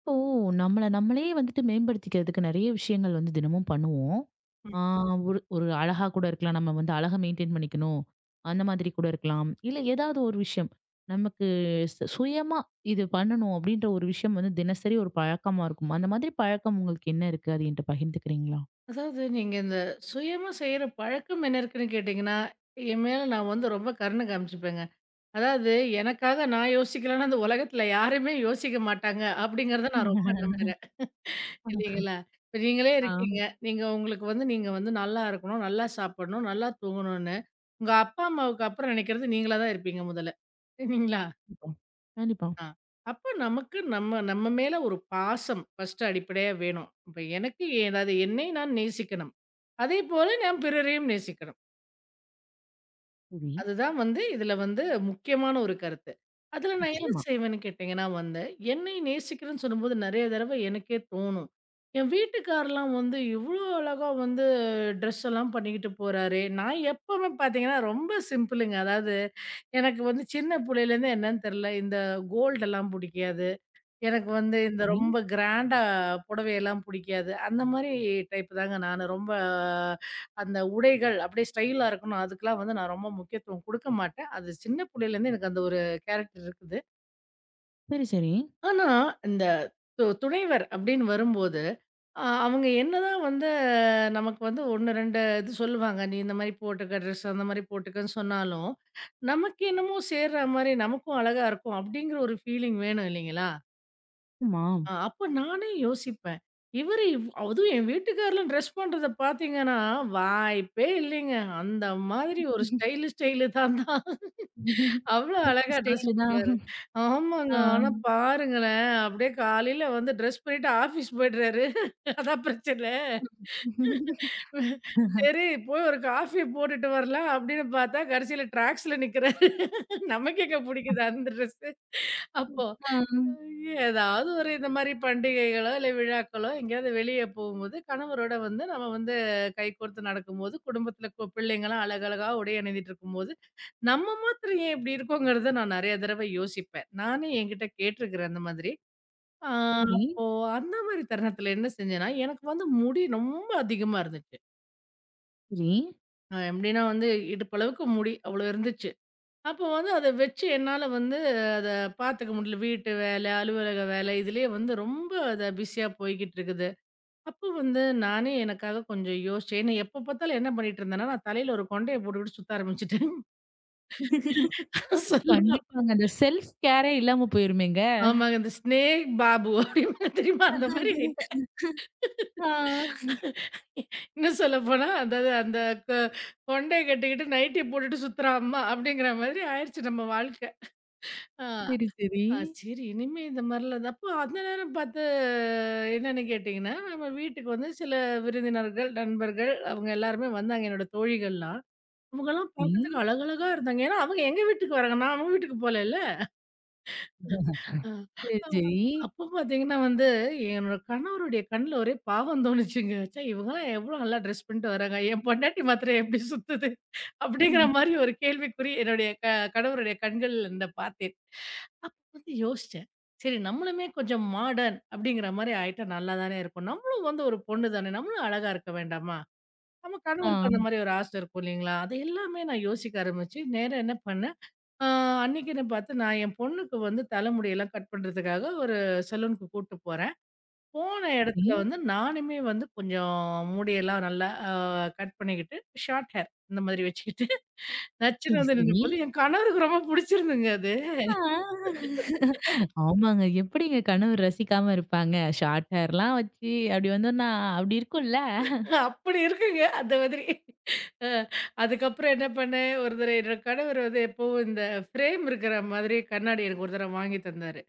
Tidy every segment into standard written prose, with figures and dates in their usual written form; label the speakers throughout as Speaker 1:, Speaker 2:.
Speaker 1: இப்போ நம்மள நம்மளே வந்துட்டு மேம்படுத்திக்கிறதுக்கு நெறைய விஷயங்கள் வந்து தினமும் பண்ணுவோம். ஆ, ஒரு ஒரு அழகா கூட இருக்கலாம். நம்ம வந்து அழகா மெயின்டெயின் பண்ணிக்கணும். அந்த மாதிரி கூட இருக்கலாம். இல்ல ஏதாவது ஒரு விஷயம். நமக்கு சுயமா இது பண்ணணும் அப்படின்ற ஒரு விஷயம் வந்து தினசரி ஒரு பழக்கமா இருக்கும். அந்த மாதிரி பழக்கம் உங்களுக்கு என்ன இருக்கு? அது என்ட்ட பகிர்ந்துக்கிறீங்களா?
Speaker 2: அதாவது நீங்க சுயமா செய்யற பழக்கம் என்ன இருக்குன்னு கேட்டீங்கன்னா, என் மேல நான் ரொம்ப கருணை காமிச்சுப்பேங்க. அதாவது எனக்காக நான் யோசிக்கலன்னா, இந்த உலகத்துல யாருமே யோசிக்க மாட்டாங்க அப்படிங்கிறத நான் ரொம்ப நம்புறேன். இல்லைங்களா? இப்ப நீங்களே
Speaker 1: ஆ.
Speaker 2: இருக்கீங்க. நீங்க உங்களுக்கு வந்து நீங்க வந்து நல்லா இருக்கணும், நல்லா சாப்பிடணும், நல்லா தூங்கணும்னு, உங்க அப்பா, அம்மாவுக்கு அப்புறம் நினைக்கிறது நீங்களா தான் இருப்பீங்க முதல்ல. இல்லைங்களா?
Speaker 1: கண்டிப்பா. கண்டிப்பா.
Speaker 2: ஆ. அப்ப நமக்கு நம்ம நம்ம மேல ஒரு பாசம் ஃபர்ஸ்ட் அடிப்படையா வேணும். இப்ப எனக்கு ஏதாவது என்னை நான் நேசிக்கணும். அதேபோல நான் பிறரையும் நேசிக்கணும்.
Speaker 1: சரி.
Speaker 2: அதுதான் இதுல முக்கியமான ஒரு கருத்து. அதுல நான் என்ன
Speaker 1: நிச்சயமா.
Speaker 2: செய்வேன்னு கேட்டீங்கன்னா என்னை நேசிக்கிறேன்னு சொல்லும்போது நெறைய தடவ எனக்கே தோணும். என் வீட்டுக்காரர்லாம் இவ்ளோ அழகா ட்ரெஸ் எல்லாம் பண்ணிக்கிட்டு போறாரே! நான் எப்பவுமே பார்த்தீங்கன்னா ரொம்ப சிம்பிளுங்க. அதாவது எனக்கு சின்ன புள்ளையிலேருந்து என்னன்னு தெரியல. இந்த கோல்டெல்லாம் புடிக்காது. எனக்கு இந்த
Speaker 1: ம்.
Speaker 2: ரொம்ப கிராண்டா புடவையெல்லாம் புடிக்காது. அந்த மாரி டைப் தாங்க நானு. ரொம்ப அந்த உடைகள் அப்படியே ஸ்டைலா இருக்கணும். அதுக்கெல்லாம் நான் ரொம்ப முக்கியத்துவம் குடுக்க மாட்டேன். அது சின்ன புள்ளையிலேருந்து எனக்கு அந்த ஒரு கேரக்டர் இருக்குது.
Speaker 1: சரி, சரி.
Speaker 2: ஆனா, இந்த துணைவர் அப்படின்னு வரும்போது, அவங்க என்னதான் நமக்கு 1, 2 இது சொல்லுவாங்க. "நீ இந்த மாரி போட்டுக்க ட்ரெஸ் அந்த மாரி போட்டுக்கன்னு" சொன்னாலும், நமக்கு என்னமோ சேர்ற மாரி நமக்கும் அழகா இருக்கும் அப்படிங்கிற ஒரு ஃபீலிங் வேணும் இல்லைங்களா?
Speaker 1: ஆமா.
Speaker 2: ஆ அப்ப நானே யோசிப்பேன். இவரு இவ் அதுவும் என் வீட்டுக்கார்லாம் ட்ரெஸ் பண்றத பார்த்தீங்கன்னா, வாய்ப்பே இல்லைங்க. அந்த மாதிரி ஒரு ஸ்டைலு தான் தான். அவ்ளோ
Speaker 1: சூப்பர்
Speaker 2: அழகா ட்ரெஸ்
Speaker 1: ஸ்டைலு தான்.
Speaker 2: பண்ணுவாரு. ஆமாங்க.
Speaker 1: ஆ.
Speaker 2: ஆனா பாருங்களேன், அப்படியே காலையில ட்ரெஸ் பண்ணிட்டு ஆஃபீஸ் போயிடுறாரு. அதான் பிரச்சனை. சரி போய் ஒரு காஃபி போட்டுட்டு வரலாம் அப்படின்னு பார்த்தா, கடைசியில ட்ராக்ஸ்ல நிக்கிறாரு. நமக்கு எங்க புடிக்குது அந்த ட்ரெஸ்ஸு. அப்போ
Speaker 1: ஆ.
Speaker 2: ஏதாவது ஒரு இந்த மாரி பண்டிகைகளோ, இல்ல விழாக்களோ எங்கேயாவது வெளிய போகும்போது, கணவரோட நம்ம கைகோர்த்து நடக்கும்போது, குடும்பத்தில பிள்ளைங்கலாம் அழகழகா உடை அணிந்துட்டு இருக்கும்போது, நம்ம மாத்திரம் ஏன் இப்படி இருக்கோங்கிறத நான் நெறைய தடவ யோசிப்பேன். நானே என்கிட்ட கேட்டுருக்கிறேன் அந்த மாதிரி. ஆ
Speaker 1: சரி,
Speaker 2: அப்போ அந்த மாரி தருணத்தில என்ன செஞ்சேன்னா, எனக்கு முடி ரொம்ப அதிகமா இருந்துச்சு.
Speaker 1: சரி.
Speaker 2: எப்படின்னா இடுப்பளவுக்கு முடி அவ்வளோ இருந்துச்சு. அப்போ அத வச்சு என்னால அத பாத்துக்க முடியல. வீட்டு வேலை, அலுவலக வேலை இதுலயே ரொம்ப அத பிஸியா போய்க்கிட்டு இருக்குது. அப்போ நானே எனக்காக கொஞ்சம் யோசிச்சேன். ஏன்னா எப்ப பார்த்தாலும் என்ன பண்ணிட்டு இருந்தேன்னா, நான் தலையில ஒரு கொண்டைய போட்டுக்கிட்டு சுத்த ஆரம்பிச்சுட்டேன். சொல்லலாம்.
Speaker 1: கண்டிப்பாங்க. அந்த செல்ஃப் கேரே இல்லாம போயிருமேங்க.
Speaker 2: ஆமாங்க. இந்த ஸ்னேக் பாபு அப்படின்னு தெரியுமா? அந்த மாரி ஆயிட்டேன்.
Speaker 1: ஆ.
Speaker 2: இன்னும் சொல்லப்போனா, அதாவது அந்த கொ கொண்டைய கட்டிக்கிட்டு நைட்டிய போட்டுட்டு சுத்துறா அம்மா அப்படிங்கிற மாதிரி ஆயிருச்சு நம்ம வாழ்க்கை. ஆ.
Speaker 1: சரி, சரி.
Speaker 2: ஆ சரி. இனிமே இந்த மாரிலாம் அப்போ அந்த நேரம் பார்த்து என்னன்னு கேட்டீங்கன்னா, நம்ம வீட்டுக்கு சில விருந்தினர்கள், நண்பர்கள் அவங்க எல்லாருமே வந்தாங்க. என்னோட தோழிகள்லாம். அவங்கலாம்
Speaker 1: சரி.
Speaker 2: பார்க்கறதுக்கு அழகழகா இருந்தாங்க. ஏன்னா அவங்க எங்க வீட்டுக்கு வராங்க. நான் அவங்க வீட்டுக்கு போலல்ல. ஆ.
Speaker 1: சரி,
Speaker 2: அ
Speaker 1: சரி.
Speaker 2: அப்போ பார்த்தீங்கன்னா என்னோட கணவருடைய கண்ல ஒரே பாவம் தோணுச்சுங்க. ச்சே! இவங்கலாம் எவ்ளோ நல்லா ட்ரெஸ் பண்ணிட்டு வராங்க. என் பொண்டாட்டி மாத்திரம் எப்படி சுத்துது? அப்படிங்கிற
Speaker 1: ம்.
Speaker 2: மாரி ஒரு கேள்விக்குறி என்னுடைய கணவருடைய கண்கள்ல நான் பார்த்தேன். யோசிச்சேன். சரி நம்மளுமே கொஞ்சம் மாடர்ன் அப்படிங்கிற மாரி ஆயிட்டா நல்லா தானே இருக்கும். நம்மளும் ஒரு பொண்ணு தானே, நம்மளும் அழகா இருக்க வேண்டாமா? நம்ம
Speaker 1: ஆ.
Speaker 2: கணவருக்கு அந்த மாரி ஒரு ஆசை இருக்கும் இல்லைங்களா? அது எல்லாமே நான் யோசிக்க ஆரம்பிச்சு, நேரா என்ன பண்ணேன், ஆ அன்னைக்குன்னு பார்த்து நான் என் பொண்ணுக்கு தலைமுடியெல்லாம் கட் பண்றதுக்காக ஒரு சலூனுக்கு கூட்டு போறேன். போன
Speaker 1: சரி.
Speaker 2: இடத்துல நானுமே கொஞ்சம் முடியெல்லாம் நல்லா கட் பண்ணிக்கிட்டு, ஷார்ட் ஹேர் இந்த மாதிரி வச்சுக்கிட்டு நச்சுன்னு
Speaker 1: சரி, சரி.
Speaker 2: நின்னபோது, என் கணவருக்கு ரொம்ப புடிச்சிருந்ததுங்க அது.
Speaker 1: ஆ. ஆமாங்க. எப்படிங்க கணவர் ரசிக்காம இருப்பாங்க? ஷார்ட் ஹேர்லாம் வச்சு அப்படி வந்தோம்னா, அப்படி இருக்கும்ல?
Speaker 2: அப்படி இருக்குங்க. அந்த மாதிரி. அ அதுக்கப்புறம் என்ன பண்ணேன், ஒரு தடவ என்னோட கணவர் எப்பவும் இந்த ஃப்ரேம் இருக்கிற மாதிரி கண்ணாடி எனக்கு ஒரு தடவ வாங்கி தந்தாரு.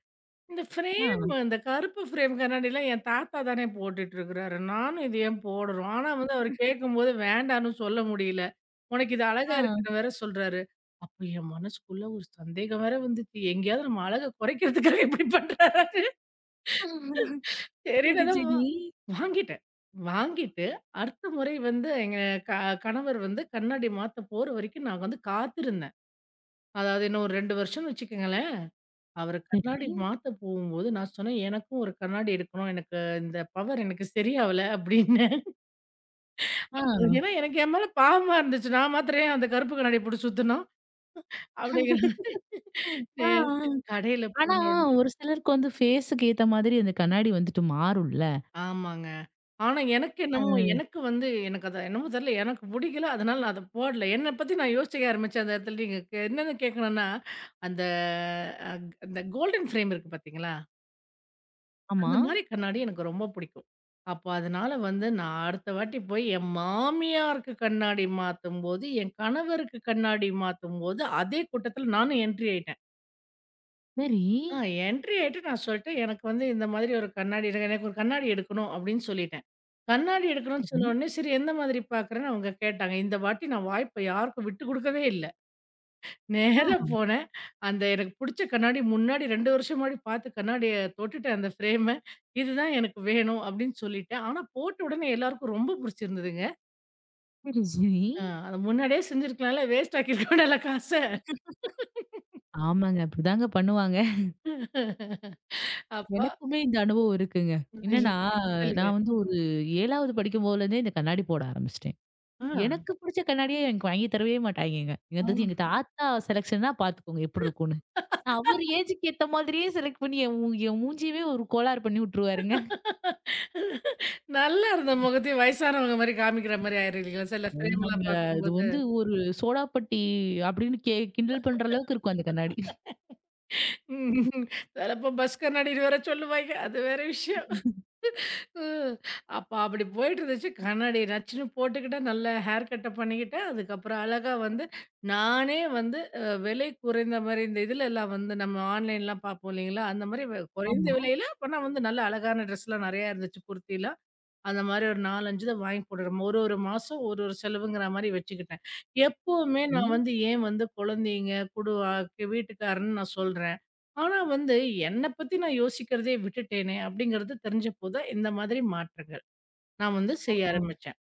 Speaker 2: இந்த
Speaker 1: ஆ.
Speaker 2: ஃப்ரேம் இந்த கருப்பு ஃப்ரேம் கண்ணாடிலாம் என் தாத்தா தானே போட்டுட்டு இருக்கிறாரு. நானும் இது ஏன் போடணும்? ஆனா அவர் கேட்கும்போது வேண்டான்னு சொல்ல முடியல. உனக்கு இது அழகா
Speaker 1: ஆ.
Speaker 2: இருக்குன்னு வேற சொல்றாரு. அப்ப என் மனசுக்குள்ள ஒரு சந்தேகம் வேற வந்துச்சு. எங்கேயாவது நம்ம அழக குறைக்கிறதுக்காக இப்படி பண்றாரான்னு. சரின்னு
Speaker 1: சரி,
Speaker 2: தான்
Speaker 1: சரி.
Speaker 2: வாங்கிட்டேன். வாங்கிட்டு அடுத்த முறை எங்க க கணவர் கண்ணாடி மாத்த போற வரைக்கும் நான் காத்திருந்தேன். அதாவது இன்னும் ஒரு 2 வருஷம்னு வச்சுக்கங்களேன். அவரு
Speaker 1: சரி.
Speaker 2: கண்ணாடி மாத்த போகும்போது நான் சொன்னேன், "எனக்கும் ஒரு கண்ணாடி எடுக்கணும். எனக்கு இந்த பவர் எனக்கு சரியாவல" அப்டின்னேன். அப்ப
Speaker 1: ஆ.
Speaker 2: ஏன்னா எனக்கு என் மேல பாவமா இருந்துச்சு. நான் மாத்திரம் ஏன் அந்த கருப்பு கண்ணாடிய போட்டு சுத்தணும்? அப்டிங்கிற சரி
Speaker 1: ஆ.
Speaker 2: கடையில
Speaker 1: ஆனா,
Speaker 2: போன உடனே
Speaker 1: ஒரு சிலருக்கு வந்து ஃபேஸுக்கு ஏத்த மாதிரி அந்த கண்ணாடி வந்துட்டு மாறும்ல?
Speaker 2: ஆமாங்க. ஆனா, எனக்கு
Speaker 1: அ
Speaker 2: என்னமோ எனக்கு அது என்னமோ தெரியல. எனக்கு புடிக்கல. அதனால நான் அத போடல. என்ன பத்தி நான் யோசிக்க ஆரம்பிச்சேன் அந்த இடத்துல. நீங்க என்னன்னு கேட்கணும்னா, அந்த அ அந்த கோல்டன் ஃப்ரேம் இருக்கு பார்த்தீங்களா?
Speaker 1: ஆமா.
Speaker 2: அந்த மாரி கண்ணாடி எனக்கு ரொம்ப பிடிக்கும். அப்போ அதனால நான் அடுத்த வாட்டி போய் என் மாமியாருக்கு கண்ணாடி மாத்தும்போது, என் கணவருக்கு கண்ணாடி மாத்தும்போது, அதே கூட்டத்துல நானும் என்ட்ரி ஆயிட்டேன்.
Speaker 1: சரி.
Speaker 2: ஆ என்ட்ரி ஆயிட்டு நான் சொல்லிட்டேன், "எனக்கு இந்த மாதிரி ஒரு கண்ணாடி எனக்கு எனக்கு ஒரு கண்ணாடி எடுக்கணும்" அப்படின்னு சொல்லிட்டேன். கண்ணாடி எடுக்கணும்னு
Speaker 1: சரி.
Speaker 2: சொன்ன உடனே, சரி எந்த மாதிரி பார்க்குறேன்னு அவங்க கேட்டாங்க. இந்த வாட்டி நான் வாய்ப்ப யாருக்கும் விட்டு குடுக்கவே இல்ல. நேரா
Speaker 1: ஆ.
Speaker 2: போனேன். அந்த எனக்கு புடிச்ச கண்ணாடி முன்னாடி 2 வருஷம் முன்னாடி பார்த்த கண்ணாடிய தொட்டுட்டேன் அந்த ஃப்ரேம. இதுதான் எனக்கு வேணும் அப்படின்னு சொல்லிட்டேன். ஆனா போட்ட உடனே எல்லாருக்கும் ரொம்ப புடிச்சிருந்ததுங்க.
Speaker 1: சரி, சரி.
Speaker 2: அ அத முன்னாடியே செஞ்சிருக்கலாம்ல. வேஸ்ட் ஆக்கியிருக்க வேண்டாம்ல காச.
Speaker 1: ஆமாங்க. அப்படிதாங்க பண்ணுவாங்க.
Speaker 2: அப்போ
Speaker 1: எனக்குமே இந்த அனுபவம் இருக்குங்க. என்னன்னா,
Speaker 2: சொல்லுங்க.
Speaker 1: நான் வந்து ஒரு 7வது படிக்கும் போதுலேருந்தே இந்த கண்ணாடி போட ஆரம்பிச்சுட்டேன்.
Speaker 2: ஆ.
Speaker 1: எனக்கு பிடிச்ச கண்ணாடியே எனக்கு வாங்கி தரவே மாட்டாய்ங்கங்க. என்னது எங்க தாத்தா செலக்ஷன்னா பார்த்துக்கோங்க எப்படி இருக்கும்னு.
Speaker 2: ஆ.
Speaker 1: அவர் ஏஜுக்கு ஏத்த மாதிரியே செலக்ட் பண்ணி என் மூஞ்சியவே ஒரு கோளாறு பண்ணி விட்டுருவாருங்க.
Speaker 2: நல்லா இருந்த முகத்தையும் வயசானவங்க மாரி காமிக்கிற மாரி ஆயிரும் இல்லைங்களா? சில
Speaker 1: ஆமாங்க.
Speaker 2: ஃப்ரேம்லாம்
Speaker 1: இது
Speaker 2: பார்க்கும்போது.
Speaker 1: வந்து ஒரு சோடாப்பட்டி அப்படின்னு கிண்டல் பண்ற அளவுக்கு இருக்கும் அந்த கண்ணாடி.
Speaker 2: ம். சிலப்போ பஸ் கண்ணாடின்னு வேற சொல்லுவாய்ங்க. அது வேற விஷயம். ம். அப்ப அப்படி போயிட்டு இருந்துச்சு. கண்ணாடி நச்சுன்னு போட்டுக்கிட்டேன். நல்லா ஹேர் கட்ட பண்ணிக்கிட்டேன். அதுக்கப்புறம் அழகா நானே வந்து அ விலை குறைந்த மாரி இந்த இதுலலாம் நம்ம ஆன்லைன்லாம் பார்ப்போம் இல்லைங்களா? அந்த மாரி குறைந்த
Speaker 1: ஆமா.
Speaker 2: விலையில அப்பனா நல்ல அழகான ட்ரெஸ்லாம் நெறையா இருந்துச்சு. குர்த்திலாம். அந்த மாரி ஒரு 4, 5 இத வாங்கி போட்டுக்கிறோம். ஒரு மாசம் ஒரு செலவுங்கிற மாரி வச்சுக்கிட்டேன். எப்பவுமே நான்
Speaker 1: ம்.
Speaker 2: ஏன் குழந்தைங்க, குடு அ வீட்டுக்காரன்னு நான் சொல்றேன். ஆனா என்ன பத்தி நான் யோசிக்கிறதே விட்டுட்டேனே! அப்படிங்கிறது தெரிஞ்சப்போ தான் இந்த மாதிரி மாற்றங்கள் நான் செய்ய
Speaker 1: ஆ.
Speaker 2: ஆரம்பிச்சேன்.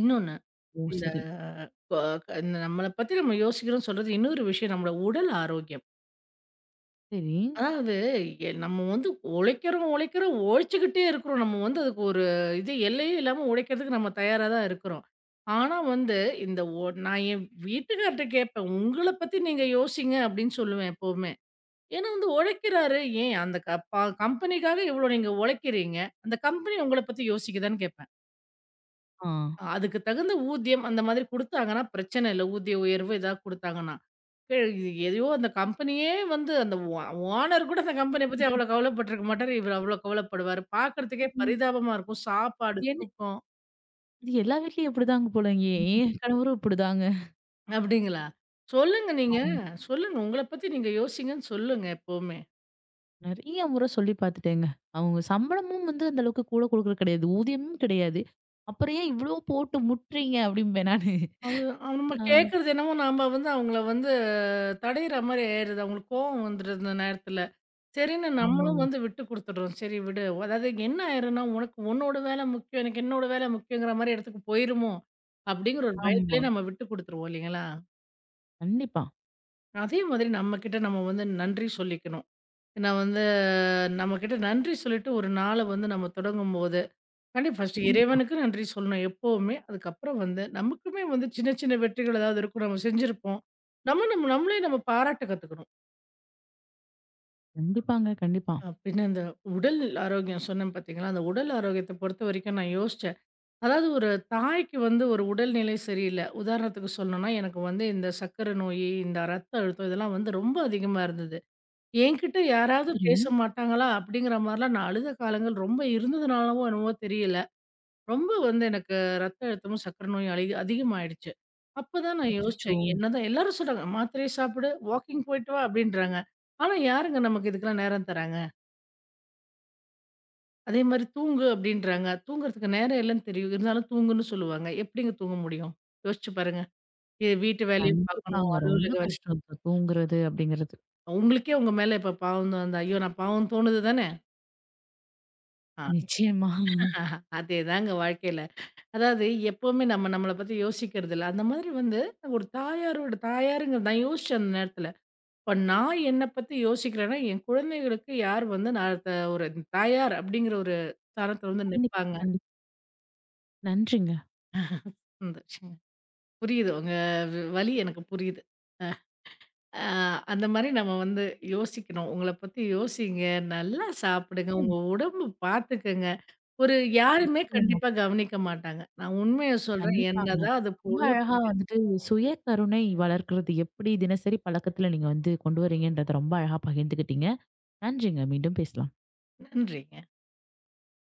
Speaker 2: இன்னொன்னு,
Speaker 1: ஓ!
Speaker 2: இந்த
Speaker 1: சரி.
Speaker 2: கொ க இந்த நம்மள பத்தி நம்ம யோசிக்கிறோம்ன்னு சொல்றது இன்னொரு விஷயம் நம்மளோட உடல் ஆரோக்கியம்.
Speaker 1: சரி.
Speaker 2: அதாவது நம்ம உழைக்கிறோம், உழைக்கிறோம், உழைச்சுக்கிட்டே இருக்கிறோம். நம்ம அதுக்கு ஒரு இது எல்லையே இல்லாம உழைக்கிறதுக்கு நம்ம தயாரா தான் இருக்கிறோம். ஆனா இந்த நான் என் வீட்டுக்கார்ட்ட கேட்பேன், "உங்கள பத்தி நீங்க யோசிங்க" அப்படின்னு சொல்லுவேன் எப்பவுமே. ஏன்னா உழைக்கிறாரு, "ஏன் அந்த க ப கம்பெனிக்காக இவ்வளோ நீங்க உழைக்கிறீங்க, அந்த கம்பெனி உங்கள பத்தி யோசிக்குதான்னு?" கேட்பேன்.
Speaker 1: ஆ.
Speaker 2: அதுக்கு தகுந்த ஊதியம் அந்த மாதிரி குடுத்தாங்கன்னா பிரச்சனை இல்ல. ஊதிய உயர்வு ஏதாவது குடுத்தாங்கன்னா. இது எதையோ அந்த கம்பெனியே அந்த ஓனர் கூட அந்த கம்பெனிய பத்தி அவ்வளோ கவலைப்பட்டுருக்க மாட்டாரு. இவரு அவ்வளோ கவலைப்படுவாரு. பார்க்கறதுக்கே
Speaker 1: ம்.
Speaker 2: பரிதாபமா இருக்கும். சாப்பாடு,
Speaker 1: என்
Speaker 2: தூக்கம்
Speaker 1: இது எல்லா வீட்லயும் இப்படிதாங்க போலங்க. என் கணவரும் இப்படிதாங்க.
Speaker 2: அப்டிங்களா? சொல்லுங்க நீங்க.
Speaker 1: ஆமா.
Speaker 2: சொல்லுங்க. உங்கள பத்தி நீங்க யோசிங்கன்னு சொல்லுங்க எப்பவுமே.
Speaker 1: நெறைய முறை சொல்லி பார்த்துட்டேங்க. அவங்க சம்பளமும் வந்து அந்த அளவுக்கு கூட குடுக்குறது கிடையாது. ஊதியமும் கிடையாது. அப்புறம் ஏன் இவ்ளோ போட்டு முட்டுறீங்க அப்படிம்பேன் நானு.
Speaker 2: அது அவங்க- நம்ம
Speaker 1: ஆ.
Speaker 2: கேட்கறது என்னமோ நாம அவங்கள வந்து தடையிற மாரி ஆயிடுது. அவங்களுக்கு கோவம் வந்துருது அந்த நேரத்துல. சரின்னு நம்மளும்
Speaker 1: ஆமாங்க.
Speaker 2: விட்டு குடுத்துடுறோம். சரி விடு. அதாவது என்ன ஆயிரும்னா, உனக்கு உன்னோட வேலை முக்கியம். எனக்கு என்னோட வேலை முக்கியங்கிற மாரி இடத்துக்கு போயிருமோ! அப்படிங்கிற ஒரு
Speaker 1: ஆமா.
Speaker 2: பயத்திலேயே நம்ம விட்டு குடுத்துருவோம் இல்லைங்களா?
Speaker 1: கண்டிப்பா.
Speaker 2: அதே மாதிரி நம்மகிட்ட நம்ம நன்றி சொல்லிக்கணும். நான் நம்மகிட்ட நன்றி சொல்லிட்டு ஒரு நாள நம்ம தொடங்கும்போது, கண்டிப்பா ஃபர்ஸ்ட்டு
Speaker 1: கண்டிப்பா.
Speaker 2: இறைவனுக்கு நன்றி சொல்லணும் எப்பவுமே. அதுக்கப்புறம் நமக்குமே சின்ன சின்ன வெற்றிகள் ஏதாவது இருக்கும். நம்ம செஞ்சிருப்போம். நம்ம நம்ம நம்மளே நம்ம பாராட்ட கத்துக்கணும்.
Speaker 1: கண்டிப்பாங்க, கண்டிப்பா.
Speaker 2: பின்ன இந்த உடல் ஆரோக்கியம் சொன்னேன் பார்த்தீங்களா, அந்த உடல் ஆரோக்கியத்த பொறுத்தவரைக்கும் நான் யோசிச்சேன். அதாவது ஒரு தாய்க்கு ஒரு உடல்நிலை சரியில்ல. உதாரணத்துக்கு சொல்லணும்னா, எனக்கு இந்த சர்க்கரை நோயி, இந்த ரத்த அழுத்தம் இதெல்லாம் ரொம்ப அதிகமா இருந்தது. என்கிட்ட யாராவது
Speaker 1: சரி.
Speaker 2: பேச மாட்டாங்களா? அப்படிங்கிற மாரிலாம் நான் அழுத காலங்கள் ரொம்ப இருந்ததுனாலவோ என்னவோ தெரியல. ரொம்ப எனக்கு ரத்த அழுத்தமும், சர்க்கரை நோயும் அதிகமாயிடுச்சு. அப்பதான் நான்
Speaker 1: அச்சச்சோ!
Speaker 2: யோசிச்சேன். என்னதான் எல்லாரும் சொல்றாங்க, "மாத்திரைய சாப்பிடு, வாக்கிங் போயிட்டு வா" அப்படின்றாங்க. ஆனா யாருங்க நமக்கு இதுக்கெல்லாம் நேரம் தராங்க? அதே மாரி அப்படின்றாங்க. தூங்குறதுக்கு நேரம் இல்லன்னு தெரியும். இருந்தாலும் தூங்குன்னு சொல்லுவாங்க. எப்படிங்க தூங்க முடியும்? யோசிச்சு பாருங்க. இது வீட்டு வேலையும் பார்க்கணும்,
Speaker 1: கண்டிப்பாங்க. ரொம்ப
Speaker 2: அலுவலக வேலை
Speaker 1: கஷ்டம் இப்ப தூங்குறது அப்படிங்கிறது.
Speaker 2: உங்களுக்கே உங்க மேல இப்ப பாவம் தான் ஐயோ! நான் பாவம் தோணுது தானே? அ
Speaker 1: நிச்சயமா.
Speaker 2: அதேதாங்க வாழ்க்கையில. அதாவது எப்பவுமே நம்ம நம்மள பத்தி யோசிக்கிறதில்ல. அந்த மாதிரி ஒரு தாயாரோட தாயாருங்க நான் யோசிச்சேன் அந்த நேரத்தில. இப்ப நான் என்ன பத்தி யோசிக்கிறேன்னா, என் குழந்தைகளுக்கு யார் வந்து நான் த ஒரு தாயார் அப்படிங்கிற ஒரு ஸ்தானத்தில
Speaker 1: கண்டிப்பா,
Speaker 2: நிப்பாங்க.
Speaker 1: கண்டிப்பா. நன்றிங்க.
Speaker 2: புரியுது. உங்க வலி எனக்கு புரியுது. அ அந்த மாரி நம்ம யோசிக்கணும். உங்கள பத்தி யோசிங்க, நல்லா சாப்பிடுங்க, உங்க
Speaker 1: நிச்சயமா,
Speaker 2: உடம்பு பார்த்துக்கங்க. ஒரு யாருமே
Speaker 1: நிச்சயமா.
Speaker 2: கண்டிப்பா கவனிக்க மாட்டாங்க. நான் உண்மைய சொல்றேன்.
Speaker 1: கண்டிப்பாங்க.
Speaker 2: என்னதான் அது
Speaker 1: ரொம்ப
Speaker 2: போல
Speaker 1: அழகா ம். வந்துட்டு சுய கருணை வளர்க்கிறது எப்படி தினசரி பழக்கத்துல நீங்க வந்து கொண்டு வரீங்கன்றத ரொம்ப அழகா பகிர்ந்துக்கிட்டீங்க. நன்றிங்க. மீண்டும் பேசலாம்.
Speaker 2: நன்றிங்க.